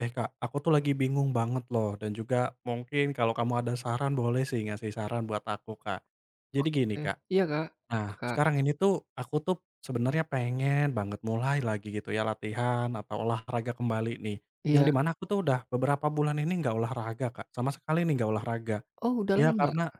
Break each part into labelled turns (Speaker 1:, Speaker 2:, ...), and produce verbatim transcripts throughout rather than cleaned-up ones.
Speaker 1: Eh Kak, aku tuh lagi bingung banget loh dan juga mungkin kalau kamu ada saran boleh sih ngasih saran buat aku Kak. Jadi gini
Speaker 2: Oke.
Speaker 1: Kak,
Speaker 2: Iya, Kak
Speaker 1: nah
Speaker 2: Kak,
Speaker 1: sekarang ini tuh aku tuh sebenarnya pengen banget mulai lagi gitu ya latihan atau olahraga kembali nih. Yang
Speaker 2: iya.
Speaker 1: di mana aku tuh udah beberapa bulan ini nggak olahraga Kak, sama sekali nih nggak olahraga.
Speaker 2: Oh, udah
Speaker 1: Ya
Speaker 2: lama?
Speaker 1: karena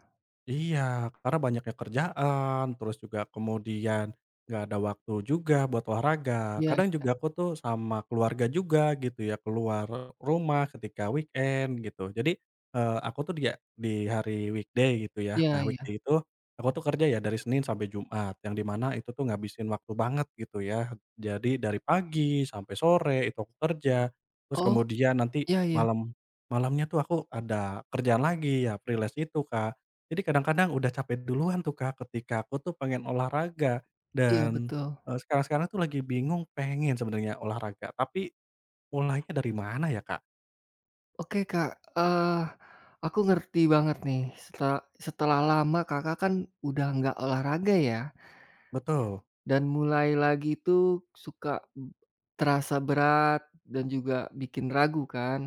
Speaker 1: iya, karena banyaknya kerjaan, terus juga kemudian nggak ada waktu juga buat olahraga.
Speaker 2: Iya,
Speaker 1: Kadang juga aku tuh sama keluarga juga gitu ya, keluar rumah ketika weekend gitu. Jadi, eee, aku tuh dia di hari weekday gitu ya.
Speaker 2: iya,
Speaker 1: Nah,
Speaker 2: iya.
Speaker 1: weekday itu aku tuh kerja ya dari Senin sampai Jumat, yang di mana itu tuh ngabisin waktu banget gitu ya. Jadi dari pagi sampai sore itu aku kerja, terus
Speaker 2: Oh,
Speaker 1: kemudian nanti
Speaker 2: iya, iya.
Speaker 1: malam malamnya tuh aku ada kerjaan lagi ya, freelance itu, Kak. Jadi kadang-kadang udah capek duluan tuh Kak, ketika aku tuh pengen olahraga
Speaker 2: Iya,
Speaker 1: dan,
Speaker 2: betul.
Speaker 1: eee, sekarang-sekarang tuh lagi bingung pengen sebenarnya olahraga, tapi mulainya dari mana ya Kak?
Speaker 2: Oke, Kak, eee, aku ngerti banget nih, seta setelah lama Kakak kan udah nggak olahraga ya,
Speaker 1: Betul,
Speaker 2: dan mulai lagi tuh suka, m terasa berat dan juga bikin ragu kan.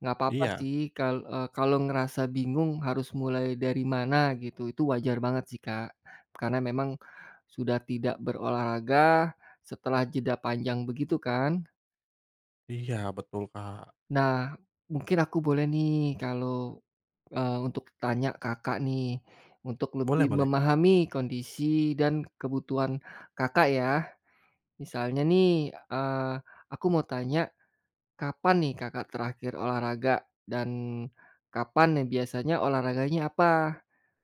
Speaker 2: Nggak apa-apa
Speaker 1: iya
Speaker 2: sih, kal eee, kalau ngerasa bingung harus mulai dari mana gitu, itu wajar banget sih, Kak. Karena memang sudah tidak berolahraga setelah jeda panjang begitu kan.
Speaker 1: iya betul Kak.
Speaker 2: Nah, mungkin aku boleh nih kalau, eee, untuk tanya Kakak nih, untuk lebih
Speaker 1: Boleh boleh,
Speaker 2: memahami kondisi dan kebutuhan Kakak ya. Misalnya nih, eee, aku mau tanya kapan nih Kakak terakhir olahraga dan kapan nih biasanya olahraganya apa?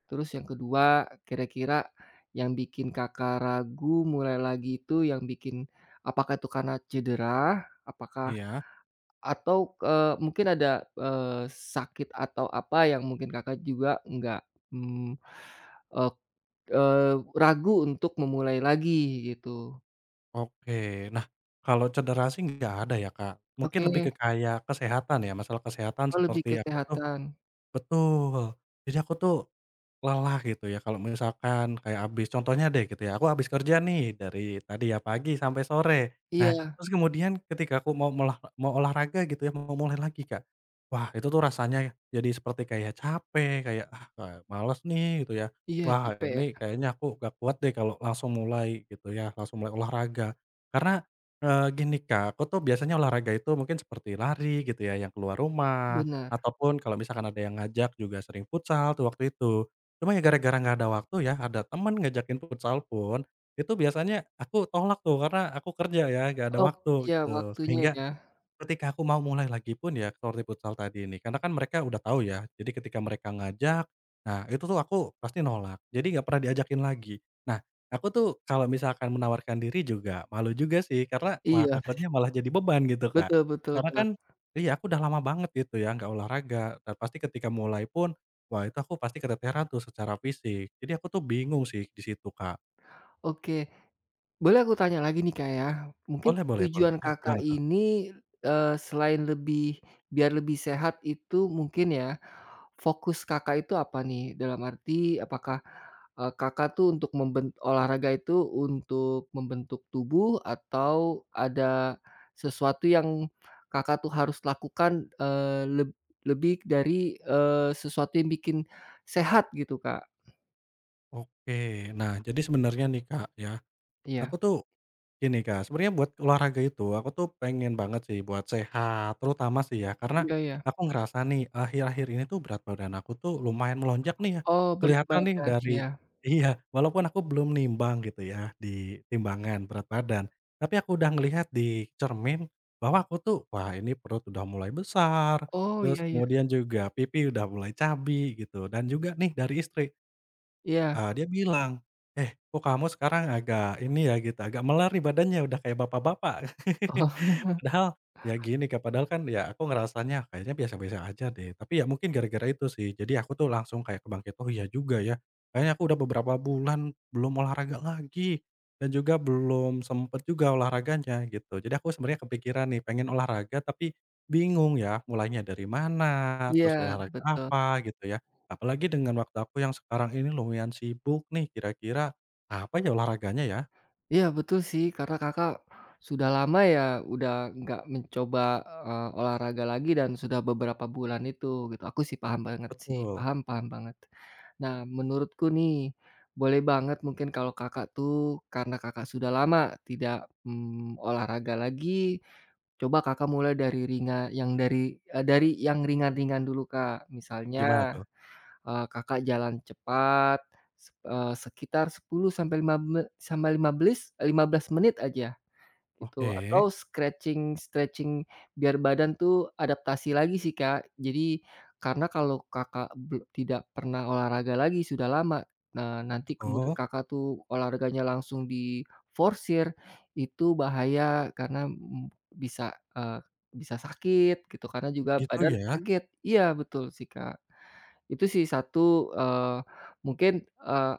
Speaker 2: Terus yang kedua, kira-kira yang bikin Kakak ragu mulai lagi itu, yang bikin apakah itu karena cedera? Apakah
Speaker 1: iya,
Speaker 2: atau, eee, mungkin ada eee, sakit atau apa yang mungkin Kakak juga nggak, mmm, eee eee, ragu untuk memulai lagi gitu?
Speaker 1: oke. Nah, kalau cedera sih nggak ada ya Kak, mungkin
Speaker 2: Oke.
Speaker 1: lebih ke kayak kesehatan ya, masalah kesehatan
Speaker 2: Oh, lebih
Speaker 1: seperti aku tuh
Speaker 2: kesehatan.
Speaker 1: betul, jadi aku tuh lelah gitu ya kalau misalkan kayak habis contohnya deh gitu ya, aku habis kerja nih dari tadi ya pagi sampai sore. Nah,
Speaker 2: Iya,
Speaker 1: terus kemudian ketika aku mau melah mau olahraga gitu ya, mau mulai lagi Kak, wah itu tuh rasanya jadi seperti kayak capek, kayak, "Ah, eee, males nih," gitu ya.
Speaker 2: iya,
Speaker 1: "Wah
Speaker 2: capek
Speaker 1: ini
Speaker 2: ya.
Speaker 1: kayaknya aku gak kuat deh kalau langsung mulai," gitu ya, langsung mulai olahraga. Karena, eee, gini Kak, aku tuh biasanya olahraga itu mungkin seperti lari gitu ya yang keluar rumah,
Speaker 2: Benar.
Speaker 1: ataupun kalau misalkan ada yang ngajak juga sering futsal tuh waktu itu. Cuma ya gara-gara nggak ada waktu ya, ada temen ngajakin futsal pun, itu biasanya aku tolak tuh karena aku kerja ya, nggak ada
Speaker 2: Oh,
Speaker 1: waktu
Speaker 2: iya,
Speaker 1: gitu.
Speaker 2: waktunya
Speaker 1: Sehingga
Speaker 2: ya.
Speaker 1: ketika aku mau mulai lagi pun ya, seperti futsal tadi ini, karena kan mereka udah tahu ya, jadi ketika mereka ngajak, nah itu tuh aku pasti nolak, jadi nggak pernah diajakin lagi. Nah, aku tuh kalau misalkan menawarkan diri juga, malu juga sih karena, wah
Speaker 2: Iya,
Speaker 1: takutnya malah jadi beban gitu Kak.
Speaker 2: betul, betul,
Speaker 1: Karena
Speaker 2: Kak.
Speaker 1: kan iya aku udah lama banget gitu ya nggak olahraga, dan pasti ketika mulai pun, wah itu aku pasti keteteran tuh secara fisik. Jadi aku tuh bingung sih di situ Kak.
Speaker 2: Oke, boleh aku tanya lagi nih, Kak, ya. Mungkin
Speaker 1: Boleh boleh boleh,
Speaker 2: tujuan
Speaker 1: eh,
Speaker 2: Kakak
Speaker 1: gimana tuh?
Speaker 2: ini, eee, selain lebih biar lebih sehat itu mungkin ya, fokus Kakak itu apa nih? Dalam arti apakah, eee, Kakak tuh untuk memben olahraga itu untuk membentuk tubuh atau ada sesuatu yang Kakak tuh harus lakukan, eee, leb lebih dari, eee, sesuatu yang bikin sehat gitu, Kak?
Speaker 1: Oke, nah jadi sebenarnya nih Kak ya,
Speaker 2: Iya,
Speaker 1: aku tuh gini Kak, sebenarnya buat olahraga itu, aku tuh pengen banget sih buat sehat, terutama sih ya, karena
Speaker 2: iya, iya.
Speaker 1: aku ngerasa nih, akhir-akhir ini tuh berat badan aku tuh lumayan melonjak nih ya.
Speaker 2: Oh, berat
Speaker 1: Kelihatan nih
Speaker 2: badan,
Speaker 1: dari
Speaker 2: iya.
Speaker 1: iya, walaupun aku belum nimbang gitu ya, di timbangan berat badan, tapi aku udah ngelihat di cermin bahwa aku tuh, wah ini perut udah mulai besar,
Speaker 2: Oh,
Speaker 1: terus
Speaker 2: iya, iya,
Speaker 1: kemudian juga pipi udah mulai cabi gitu, dan juga nih dari istri,
Speaker 2: iya.
Speaker 1: Eee, dia bilang, "Eh, kok kamu sekarang agak ini ya," gitu, "agak melar nih badannya, udah kayak bapak-bapak."
Speaker 2: Oh,
Speaker 1: Padahal ya gini Kak, padahal kan ya aku ngerasanya kayaknya biasa-biasa aja deh, tapi ya mungkin gara-gara itu sih, jadi aku tuh langsung kayak kebangkit, "Oh iya juga ya, kayaknya aku udah beberapa bulan belum olahraga lagi dan juga belum sempet juga olahraganya," gitu. Jadi aku sebenarnya kepikiran nih pengen olahraga tapi bingung ya mulainya dari mana, terus
Speaker 2: iya,
Speaker 1: olahraga
Speaker 2: betul.
Speaker 1: apa gitu ya. Apalagi dengan waktu aku yang sekarang ini lumayan sibuk nih, kira-kira apa ya olahraganya ya?
Speaker 2: Iya, betul sih, karena Kakak sudah lama ya udah nggak mencoba, eee, olahraga lagi dan sudah beberapa bulan itu, gitu. Aku sih paham banget sih,
Speaker 1: Betul,
Speaker 2: paham, paham banget. Nah, menurutku nih, boleh banget mungkin kalau Kakak tuh, karena Kakak sudah lama tidak, mmm, olahraga lagi. Coba Kakak mulai dari ringan, yang dari eee, dari yang ringan-ringan dulu, Kak.
Speaker 1: gimana
Speaker 2: Misalnya,
Speaker 1: tuh?
Speaker 2: eee, Kakak jalan cepat, sep eee, sekitar sepuluh sampai lima be sampai lima belis lima belas menit aja. Gitu,
Speaker 1: Oke,
Speaker 2: atau stretching-stretching biar badan tuh adaptasi lagi sih, Kak. Jadi, karena kalau Kakak bel tidak pernah olahraga lagi sudah lama, nah nanti kemudian
Speaker 1: betul.
Speaker 2: Kakak tuh olahraganya langsung diforsir, itu bahaya karena, mmm, bisa, eee, bisa sakit gitu, karena juga
Speaker 1: Gitu
Speaker 2: badan
Speaker 1: ya?
Speaker 2: kaget. Iya, betul sih, Kak. Itu sih satu, eee, mungkin, eee,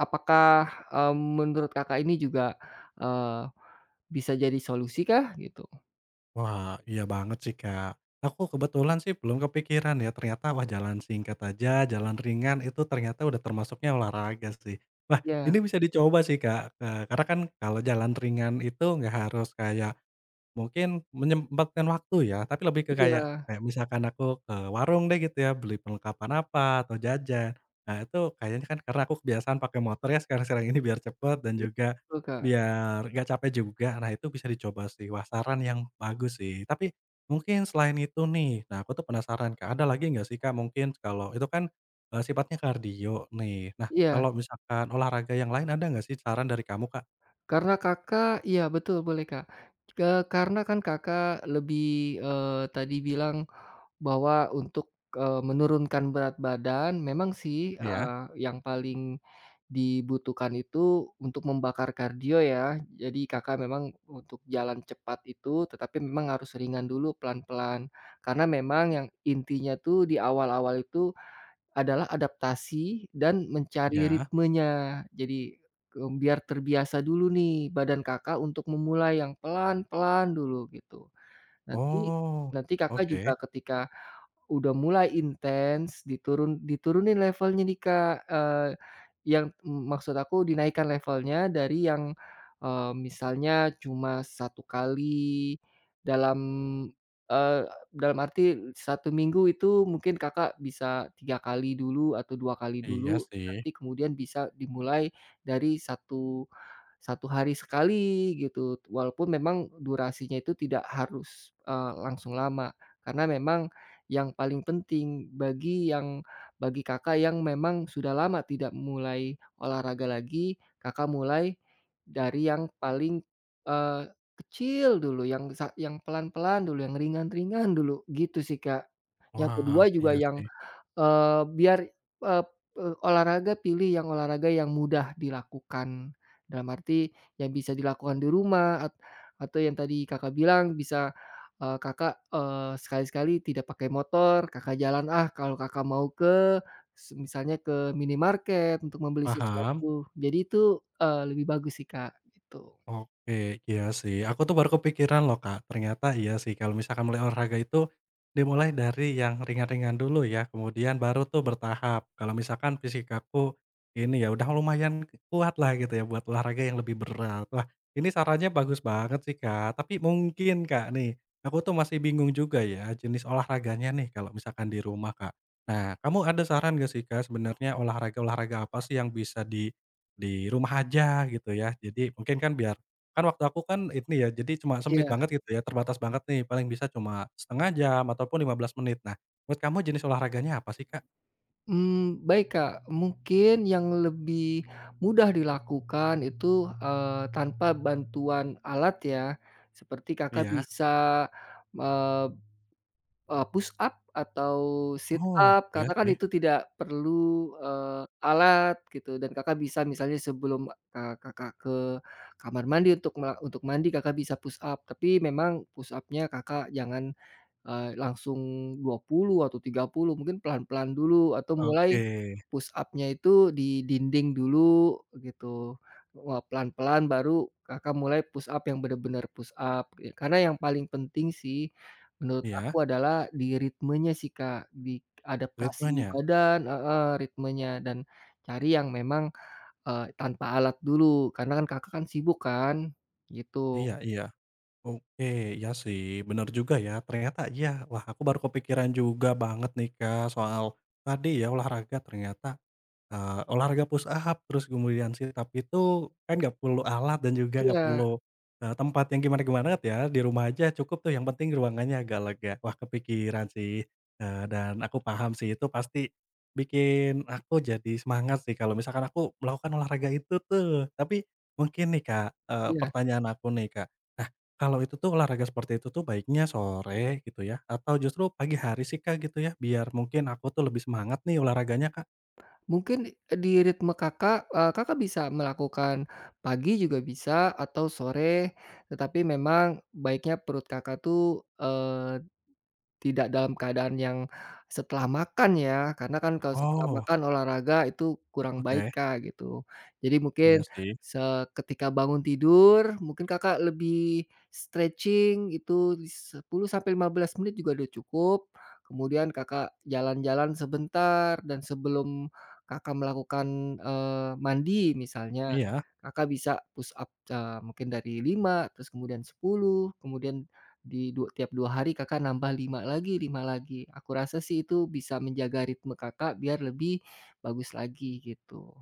Speaker 2: apakah, mmm, menurut Kakak ini juga, eee bisa jadi solusi kah? Gitu.
Speaker 1: Wah, iya banget sih, Kak. Aku kebetulan sih belum kepikiran ya, ternyata wah jalan singkat aja, jalan ringan itu ternyata udah termasuknya olahraga sih. Wah,
Speaker 2: Iya,
Speaker 1: ini bisa dicoba sih, Kak, eee, karena kan kalau jalan ringan itu nggak harus kayak mungkin menyempatkan waktu ya, tapi lebih ke kayak
Speaker 2: iya,
Speaker 1: kayak misalkan aku ke warung deh gitu ya, beli perlengkapan apa, atau jajan. Nah itu kayaknya kan karena aku kebiasaan pakai motor ya sekarang-sekarang ini biar cepet dan
Speaker 2: iya,
Speaker 1: juga
Speaker 2: betul, Kak.
Speaker 1: biar nggak capek juga. Nah itu bisa dicoba sih, wah saran yang bagus sih. Tapi mungkin selain itu nih, nah aku tuh penasaran Kak, ada lagi nggak sih Kak mungkin kalau itu kan, eee, sifatnya kardio nih. Nah
Speaker 2: Iya,
Speaker 1: kalau misalkan olahraga yang lain ada nggak sih saran dari kamu Kak?
Speaker 2: karena Kakak iya betul, boleh, Kak. Ke karena kan Kakak lebih, eee, tadi bilang bahwa untuk, eee, menurunkan berat badan memang sih,
Speaker 1: Iya
Speaker 2: eee, yang paling dibutuhkan itu untuk membakar kardio ya. Jadi Kakak memang untuk jalan cepat itu, tetapi memang harus ringan dulu pelan-pelan. Karena memang yang intinya tuh di awal-awal itu adalah adaptasi dan mencari
Speaker 1: iya.
Speaker 2: ritmenya. Jadi, eee, biar terbiasa dulu nih badan Kakak untuk memulai yang pelan-pelan dulu gitu. Nanti
Speaker 1: Oh,
Speaker 2: nanti Kakak
Speaker 1: oke.
Speaker 2: juga ketika udah mulai intens diturun diturunin levelnya nih, Kak, eee, yang maksud aku dinaikkan levelnya dari yang, eee, misalnya cuma satu kali dalam, eee, dalam arti satu minggu itu mungkin Kakak bisa tiga kali dulu atau dua kali
Speaker 1: Iya
Speaker 2: dulu,
Speaker 1: sih.
Speaker 2: nanti kemudian bisa dimulai dari satu satu hari sekali gitu, walaupun memang durasinya itu tidak harus, eee, langsung lama. Karena memang yang paling penting bagi yang bagi Kakak yang memang sudah lama tidak mulai olahraga lagi, Kakak mulai dari yang paling, eee, kecil dulu, yang sa yang pelan-pelan dulu, yang ringan-ringan dulu, gitu sih, Kak. Yang
Speaker 1: Wah,
Speaker 2: kedua juga
Speaker 1: iya
Speaker 2: yang
Speaker 1: sih.
Speaker 2: Eee, biar, eee eee, olahraga pilih yang olahraga yang mudah dilakukan. Dalam arti yang bisa dilakukan di rumah, at atau yang tadi Kakak bilang bisa, eee, Kakak, eee, sekali-sekali tidak pakai motor, Kakak jalan, ah, kalau Kakak mau ke se misalnya ke minimarket untuk membeli
Speaker 1: Paham.
Speaker 2: sesuatu. Jadi itu, eee, lebih bagus sih, Kak, gitu.
Speaker 1: Oke, iya sih. Aku tuh baru kepikiran loh, Kak. Ternyata iya sih kalau misalkan mulai olahraga itu dimulai dari yang ringan-ringan dulu ya, kemudian baru tuh bertahap. Kalau misalkan fisik aku ini ya udah lumayan kuat lah gitu ya buat olahraga yang lebih berat. Wah, ini sarannya bagus banget sih, Kak. Tapi mungkin, Kak, nih aku tuh masih bingung juga ya jenis olahraganya nih kalau misalkan di rumah, Kak. Nah, kamu ada saran gak sih, Kak, sebenarnya olahraga-olahraga apa sih yang bisa di di rumah aja gitu ya. Jadi mungkin kan biar kan waktu aku kan ini ya, jadi cuma sempit
Speaker 2: Iya.
Speaker 1: banget gitu ya, terbatas banget nih, paling bisa cuma setengah jam ataupun lima belas menit. Nah, menurut kamu jenis olahraganya apa sih, Kak?
Speaker 2: Mmm, baik, Kak. Mungkin yang lebih mudah dilakukan itu, eee, tanpa bantuan alat ya, seperti Kakak
Speaker 1: Iya.
Speaker 2: bisa, eee eee, push up atau sit
Speaker 1: Oh,
Speaker 2: up
Speaker 1: iya
Speaker 2: karena kan
Speaker 1: sih.
Speaker 2: itu tidak perlu, eee, alat gitu dan Kakak bisa misalnya sebelum, eee, Kakak ke kamar mandi untuk mela untuk mandi Kakak bisa push up, tapi memang push up-nya Kakak jangan Eee, langsung dua puluh atau tiga puluh, mungkin pelan-pelan dulu atau mulai
Speaker 1: Oke.
Speaker 2: push up-nya itu di dinding dulu gitu. Wah, pelan-pelan baru Kakak mulai push up yang bener-bener push up, ya karena yang paling penting sih menurut aku
Speaker 1: Iya,
Speaker 2: adalah di ritmenya sih, Kak, di adaptasi
Speaker 1: ritmenya.
Speaker 2: badan heeh, ritmenya, dan cari yang memang, eee, tanpa alat dulu karena kan Kakak kan sibuk kan, gitu.
Speaker 1: Iya iya. Oke, iya sih, bener juga ya, ternyata iya. Wah, aku baru kepikiran juga banget nih, Kak, soal tadi ya, olahraga ternyata Eee, olahraga push up, terus kemudian sit up itu kan nggak perlu alat dan juga nggak
Speaker 2: Iya,
Speaker 1: perlu, eee, tempat yang gimana-gimana ya, di rumah aja cukup tuh yang penting ruangannya agak lega. Wah kepikiran sih, eee, dan aku paham sih itu pasti bikin aku jadi semangat sih kalau misalkan aku melakukan olahraga itu tuh. Tapi mungkin nih Kak, eee,
Speaker 2: iya.
Speaker 1: pertanyaan aku nih Kak, nah kalau itu tuh olahraga seperti itu tuh baiknya sore gitu ya, atau justru pagi hari sih Kak gitu ya, biar mungkin aku tuh lebih semangat nih olahraganya Kak?
Speaker 2: Mungkin di ritme Kakak, eee, Kakak bisa melakukan pagi juga bisa atau sore, tetapi memang baiknya perut Kakak tuh tidak dalam keadaan yang setelah makan ya, karena kan kalau setelah
Speaker 1: Oh.
Speaker 2: makan olahraga itu kurang baik,
Speaker 1: Oke,
Speaker 2: Kak, gitu. Jadi mungkin
Speaker 1: iya sih,
Speaker 2: se ketika bangun tidur mungkin Kakak lebih stretching itu sepuluh sampai lima belas menit juga udah cukup. Kemudian Kakak jalan-jalan sebentar dan sebelum Kakak melakukan, eee, mandi misalnya,
Speaker 1: iya.
Speaker 2: Kakak bisa push up, eee, mungkin dari lima terus kemudian sepuluh kemudian di du tiap dua hari Kakak nambah lima lagi lima lagi. Aku rasa sih itu bisa menjaga ritme Kakak biar lebih bagus lagi gitu.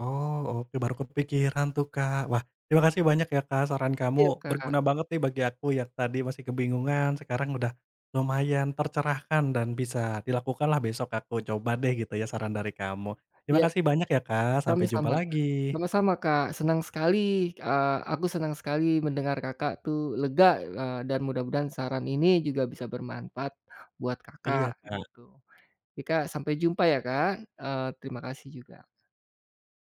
Speaker 1: Oh, oke baru kepikiran tuh, Kak. Wah, terima kasih banyak ya, Kak, saran
Speaker 2: Iya,
Speaker 1: kamu
Speaker 2: Kak.
Speaker 1: berguna banget nih bagi aku yang tadi masih kebingungan, sekarang udah lumayan tercerahkan dan bisa dilakukan lah besok aku coba deh gitu ya saran dari kamu. Terima
Speaker 2: Iya,
Speaker 1: kasih banyak ya, Kak, sampai jumpa
Speaker 2: sama-sama.
Speaker 1: lagi.
Speaker 2: Sama-sama, Kak. Senang sekali, eee, aku senang sekali mendengar Kakak tuh lega, eee, dan mudah-mudahan saran ini juga bisa bermanfaat buat
Speaker 1: Iya,
Speaker 2: Kakak
Speaker 1: Kak.
Speaker 2: gitu. Oke, Kak, sampai jumpa ya, Kak, eee, terima kasih juga.